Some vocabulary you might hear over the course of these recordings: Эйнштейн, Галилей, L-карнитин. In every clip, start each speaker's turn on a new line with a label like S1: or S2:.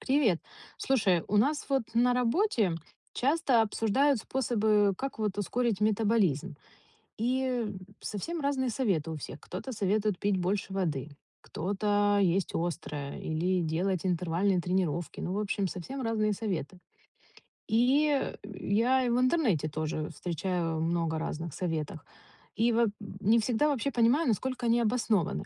S1: Привет. Слушай, у нас вот на работе часто обсуждают способы, как вот ускорить метаболизм. И совсем разные советы у всех. Кто-то советует пить больше воды, кто-то есть острое или делать интервальные тренировки. Ну, в общем, совсем разные советы. И, я и в интернете тоже встречаю много разных советов. И во не всегда вообще понимаю, насколько они обоснованы.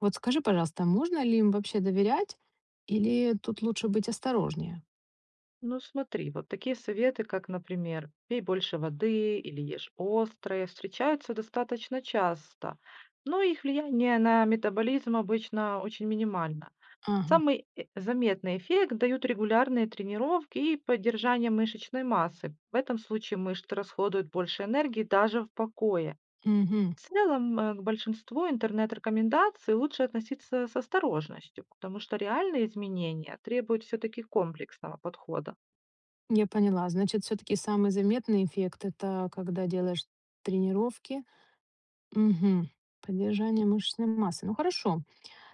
S1: Вот скажи, пожалуйста, можно ли им вообще доверять или тут лучше быть осторожнее?
S2: Ну смотри, вот такие советы, как, например, пей больше воды или ешь острое, встречаются достаточно часто, но их влияние на метаболизм обычно очень минимально.
S1: Ага.
S2: Самый заметный эффект дают регулярные тренировки и поддержание мышечной массы. В этом случае мышцы расходуют больше энергии даже в покое.
S1: Мгм.
S2: В целом, к большинству интернет-рекомендаций лучше относиться с осторожностью, потому что реальные изменения требуют все-таки комплексного подхода.
S1: Я поняла. Значит, все таки самый заметный эффект- это когда делаешь тренировки. Мгм. Поддержание мышечной массы. Ну, хорошо.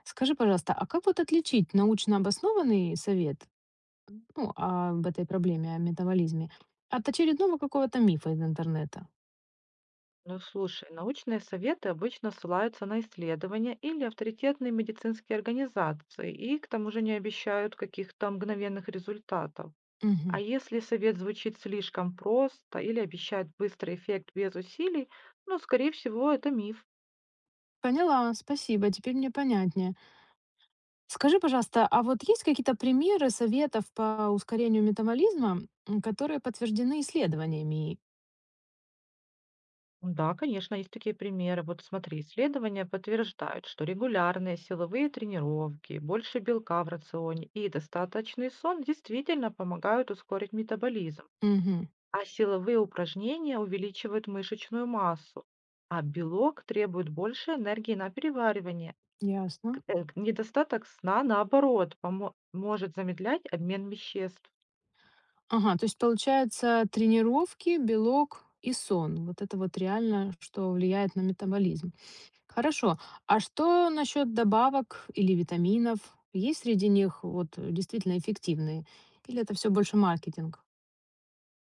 S1: Скажи, пожалуйста, а как вот отличить научно обоснованный совет. Ну, об этой проблеме, о метаболизме. От очередного какого-то мифа из интернета.
S2: Ну, слушай, научные советы обычно ссылаются на исследования или авторитетные медицинские организации и к тому же не обещают каких-то мгновенных результатов.
S1: Мгм.
S2: А если совет звучит слишком просто или обещает быстрый эффект без усилий, ну, скорее всего, это миф.
S1: Поняла, спасибо, теперь мне понятнее. Скажи, пожалуйста, а вот есть какие-то примеры советов по ускорению метаболизма, м, которые подтверждены исследованиями?
S2: Да, конечно, есть такие примеры. Вот смотри, исследования подтверждают, что регулярные силовые тренировки, больше белка в рационе и достаточный сон действительно помогают ускорить метаболизм.
S1: Мгм.
S2: А силовые упражнения увеличивают мышечную массу, а белок требует больше энергии на переваривание.
S1: Ясно.
S2: Недостаток сна, наоборот, может замедлять обмен веществ.
S1: Ага, то есть получается тренировки, белок и сон. Вот это вот реально, что влияет на метаболизм. Хорошо. А что насчет добавок или витаминов? Есть среди них вот действительно эффективные? Или это все больше маркетинг?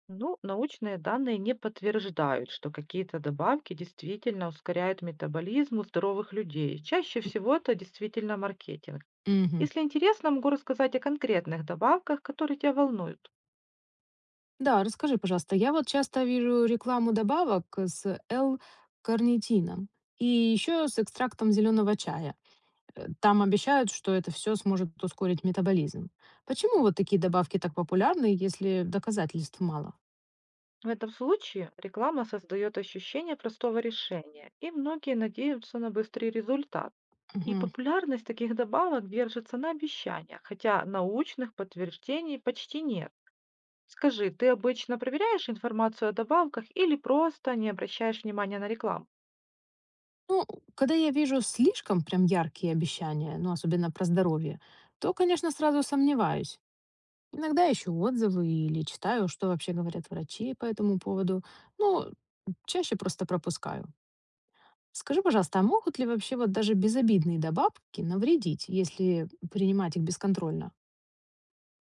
S2: Ну, научные данные не подтверждают, что какие-то добавки действительно ускоряют метаболизм у здоровых людей. Чаще всего это действительно маркетинг.
S1: М, мгм.
S2: Если интересно, могу рассказать о конкретных добавках, которые тебя волнуют.
S1: Да, расскажи, пожалуйста. Я вот часто вижу рекламу добавок с L-карнитином и еще с экстрактом зеленого чая. Там обещают, что это все сможет ускорить метаболизм. Почему вот такие добавки так популярны, если доказательств мало?
S2: В этом случае реклама создает ощущение простого решения, и многие надеются на быстрый результат. И популярность таких добавок держится на обещаниях, хотя научных подтверждений почти нет. Скажи, ты обычно проверяешь информацию о добавках или просто не обращаешь внимания на рекламу?
S1: Ну, когда я вижу слишком прям яркие обещания, ну, особенно про здоровье, то, конечно, сразу сомневаюсь. Иногда ищу отзывы или читаю, что вообще говорят врачи по этому поводу. Ну, чаще просто пропускаю. Скажи, пожалуйста, а могут ли вообще вот даже безобидные добавки навредить, если принимать их бесконтрольно?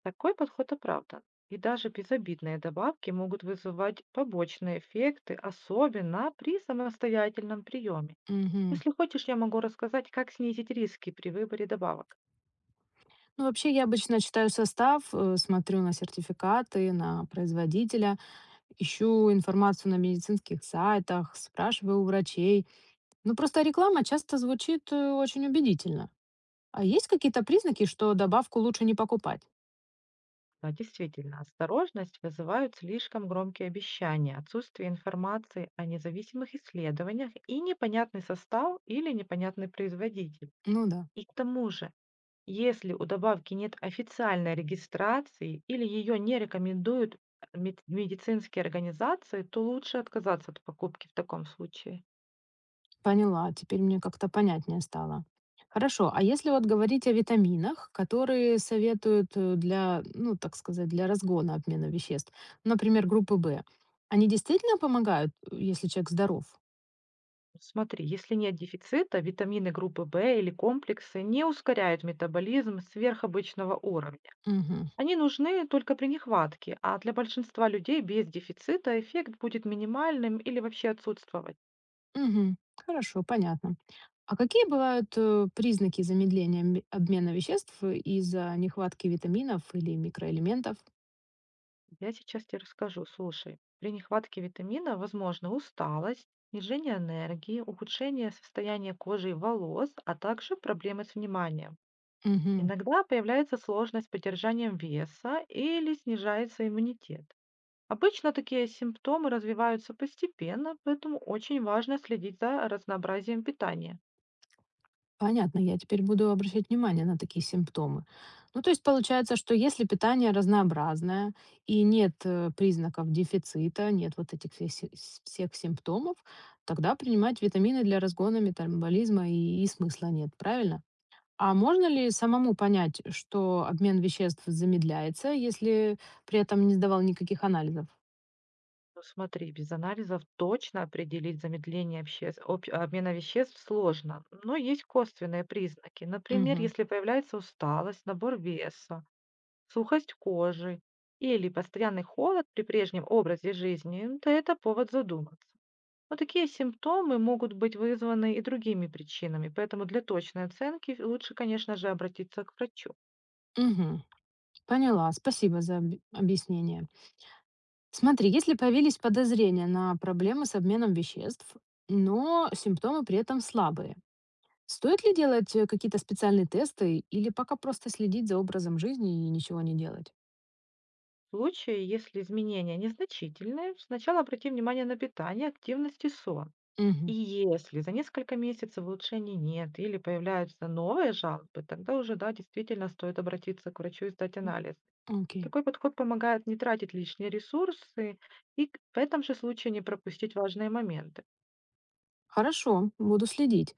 S2: Такой подход оправдан. И даже безобидные добавки могут вызывать побочные эффекты, особенно при самостоятельном приеме.
S1: Мгм.
S2: Если хочешь, я могу рассказать, как снизить риски при выборе добавок.
S1: Ну, вообще, я обычно читаю состав, смотрю на сертификаты, на производителя, ищу информацию на медицинских сайтах, спрашиваю у врачей. Ну, просто реклама часто звучит очень убедительно. А есть какие-то признаки, что добавку лучше не покупать?
S2: Да, действительно, осторожность вызывают слишком громкие обещания, отсутствие информации о независимых исследованиях и непонятный состав или непонятный производитель.
S1: Ну да,
S2: И к тому же, если у добавки нет официальной регистрации или ее не рекомендуют медицинские организации, то лучше отказаться от покупки в таком случае.
S1: поняла, теперь мне как-то понятнее стало. Хорошо, а если вот говорить о витаминах, которые советуют для, ну, так сказать, для разгона обмена веществ, например, группы В, они действительно помогают, если человек здоров?
S2: Смотри, если нет дефицита, витамины группы В или комплексы не ускоряют метаболизм сверхобычного уровня.
S1: Мгм.
S2: Они нужны только при нехватке, а для большинства людей без дефицита эффект будет минимальным или вообще отсутствовать.
S1: Мгм. Хорошо, понятно. А какие бывают признаки замедления обмена веществ из-за нехватки витаминов или микроэлементов?
S2: Я сейчас тебе расскажу. Слушай, при нехватке витамина возможно усталость, снижение энергии, ухудшение состояния кожи и волос, а также проблемы с вниманием.
S1: Мгм.
S2: Иногда появляется сложность с поддержанием веса или снижается иммунитет. Обычно такие симптомы развиваются постепенно, поэтому очень важно следить за разнообразием питания.
S1: Понятно, я теперь буду обращать внимание на такие симптомы. Ну, то есть получается, что если питание разнообразное и нет признаков дефицита, нет вот этих всех, всех симптомов, тогда принимать витамины для разгона метаболизма и смысла нет, правильно? А можно ли самому понять, что обмен веществ замедляется, если при этом не сдавал никаких анализов?
S2: Ну смотри, без анализов точно определить замедление обмена веществ сложно, но есть косвенные признаки. Например,
S1: Мгм.
S2: если появляется усталость, набор веса, сухость кожи или постоянный холод при прежнем образе жизни, то это повод задуматься. Но такие симптомы могут быть вызваны и другими причинами, поэтому для точной оценки лучше, конечно же, обратиться к врачу.
S1: Мгм. Поняла. Спасибо за объяснение. Смотри, если появились подозрения на проблемы с обменом веществ, но симптомы при этом слабые, стоит ли делать какие-то специальные тесты или пока просто следить за образом жизни и ничего не делать?
S2: В случае, если изменения незначительные, сначала обрати внимание на питание, активность и сон. И
S1: Мгм.
S2: если за несколько месяцев улучшений нет или появляются новые жалобы, тогда уже, да, действительно стоит обратиться к врачу и сдать анализ.
S1: Окей.
S2: Такой подход помогает не тратить лишние ресурсы и в этом же случае не пропустить важные моменты.
S1: Хорошо, буду следить.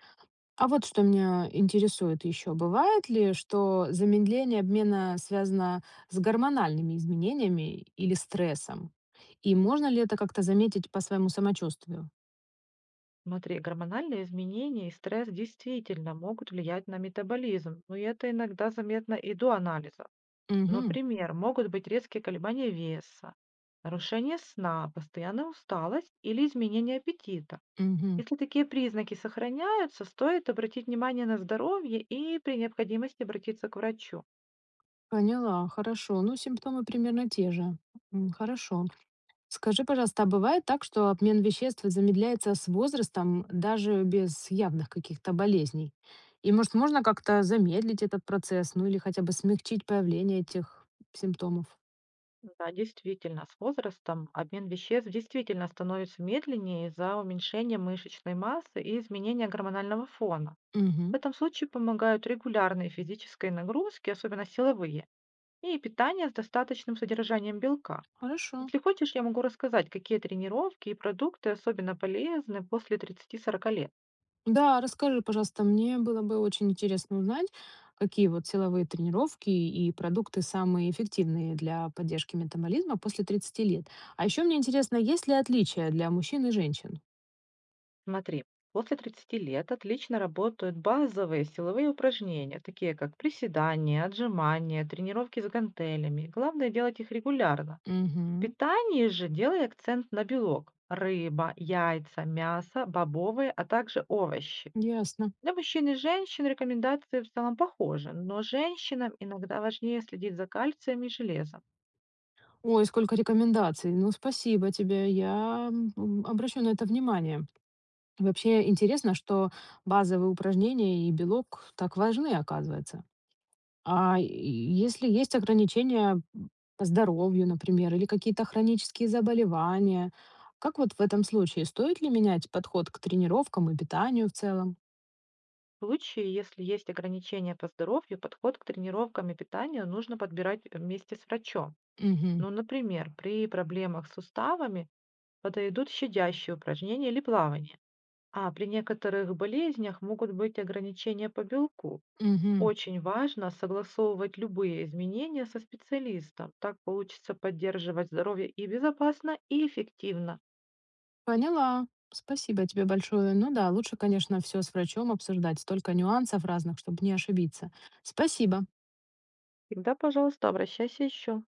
S1: А вот что меня интересует еще. Бывает ли, что замедление обмена связано с гормональными изменениями или стрессом? И можно ли это как-то заметить по своему самочувствию?
S2: Смотри, гормональные изменения и стресс действительно могут влиять на метаболизм, но это иногда заметно и до анализа.
S1: Угу,
S2: Например, могут быть резкие колебания веса, нарушение сна, постоянная усталость или изменение аппетита.
S1: угу.
S2: Если такие признаки сохраняются, стоит обратить внимание на здоровье и при необходимости обратиться к врачу.
S1: Поняла, хорошо. Ну, симптомы примерно те же. Хорошо. Скажи, пожалуйста, а бывает так, что обмен веществ замедляется с возрастом даже без явных каких-то болезней? И, может, можно как-то замедлить этот процесс, ну или хотя бы смягчить появление этих симптомов?
S2: Да, действительно, с возрастом обмен веществ действительно становится медленнее из-за уменьшения мышечной массы и изменения гормонального фона. В
S1: Мгм.
S2: этом случае помогают регулярные физические нагрузки, особенно силовые, и питание с достаточным содержанием белка.
S1: Хорошо.
S2: Если хочешь, я могу рассказать, какие тренировки и продукты особенно полезны после 30-40 лет.
S1: Да, расскажи, пожалуйста, мне было бы очень интересно узнать, какие вот силовые тренировки и продукты самые эффективные для поддержки метаболизма после 30 лет. А еще мне интересно, есть ли отличия для мужчин и женщин?
S2: Смотри, после 30 лет отлично работают базовые силовые упражнения, такие как приседания, отжимания, тренировки с гантелями. Главное делать их регулярно. В
S1: Угу.
S2: питании же делай акцент на белок. Рыба, яйца, мясо, бобовые, а также овощи.
S1: Ясно.
S2: Для мужчин и женщин рекомендации в целом похожи, но женщинам иногда важнее следить за кальцием и железом.
S1: Ой, сколько рекомендаций. Ну, спасибо тебе. Я обращу на это внимание. Вообще интересно, что базовые упражнения и белок так важны, оказывается. А и если есть ограничения по здоровью, например, или какие-то хронические заболевания, как вот в этом случае стоит ли менять подход к тренировкам и питанию в целом?
S2: В случае, если есть ограничения по здоровью, подход к тренировкам и питанию нужно подбирать вместе с врачом.
S1: Мгм.
S2: Ну, например, при проблемах с суставами подойдут щадящие упражнения или плавание. А при некоторых болезнях могут быть ограничения по белку.
S1: Мгм.
S2: Очень важно согласовывать любые изменения со специалистом. Так получится поддерживать здоровье и безопасно, и эффективно.
S1: Поняла. Спасибо тебе большое. Ну да, лучше, конечно, все с врачом обсуждать, столько нюансов разных, чтобы не ошибиться. Спасибо.
S2: Всегда, пожалуйста, обращайся еще.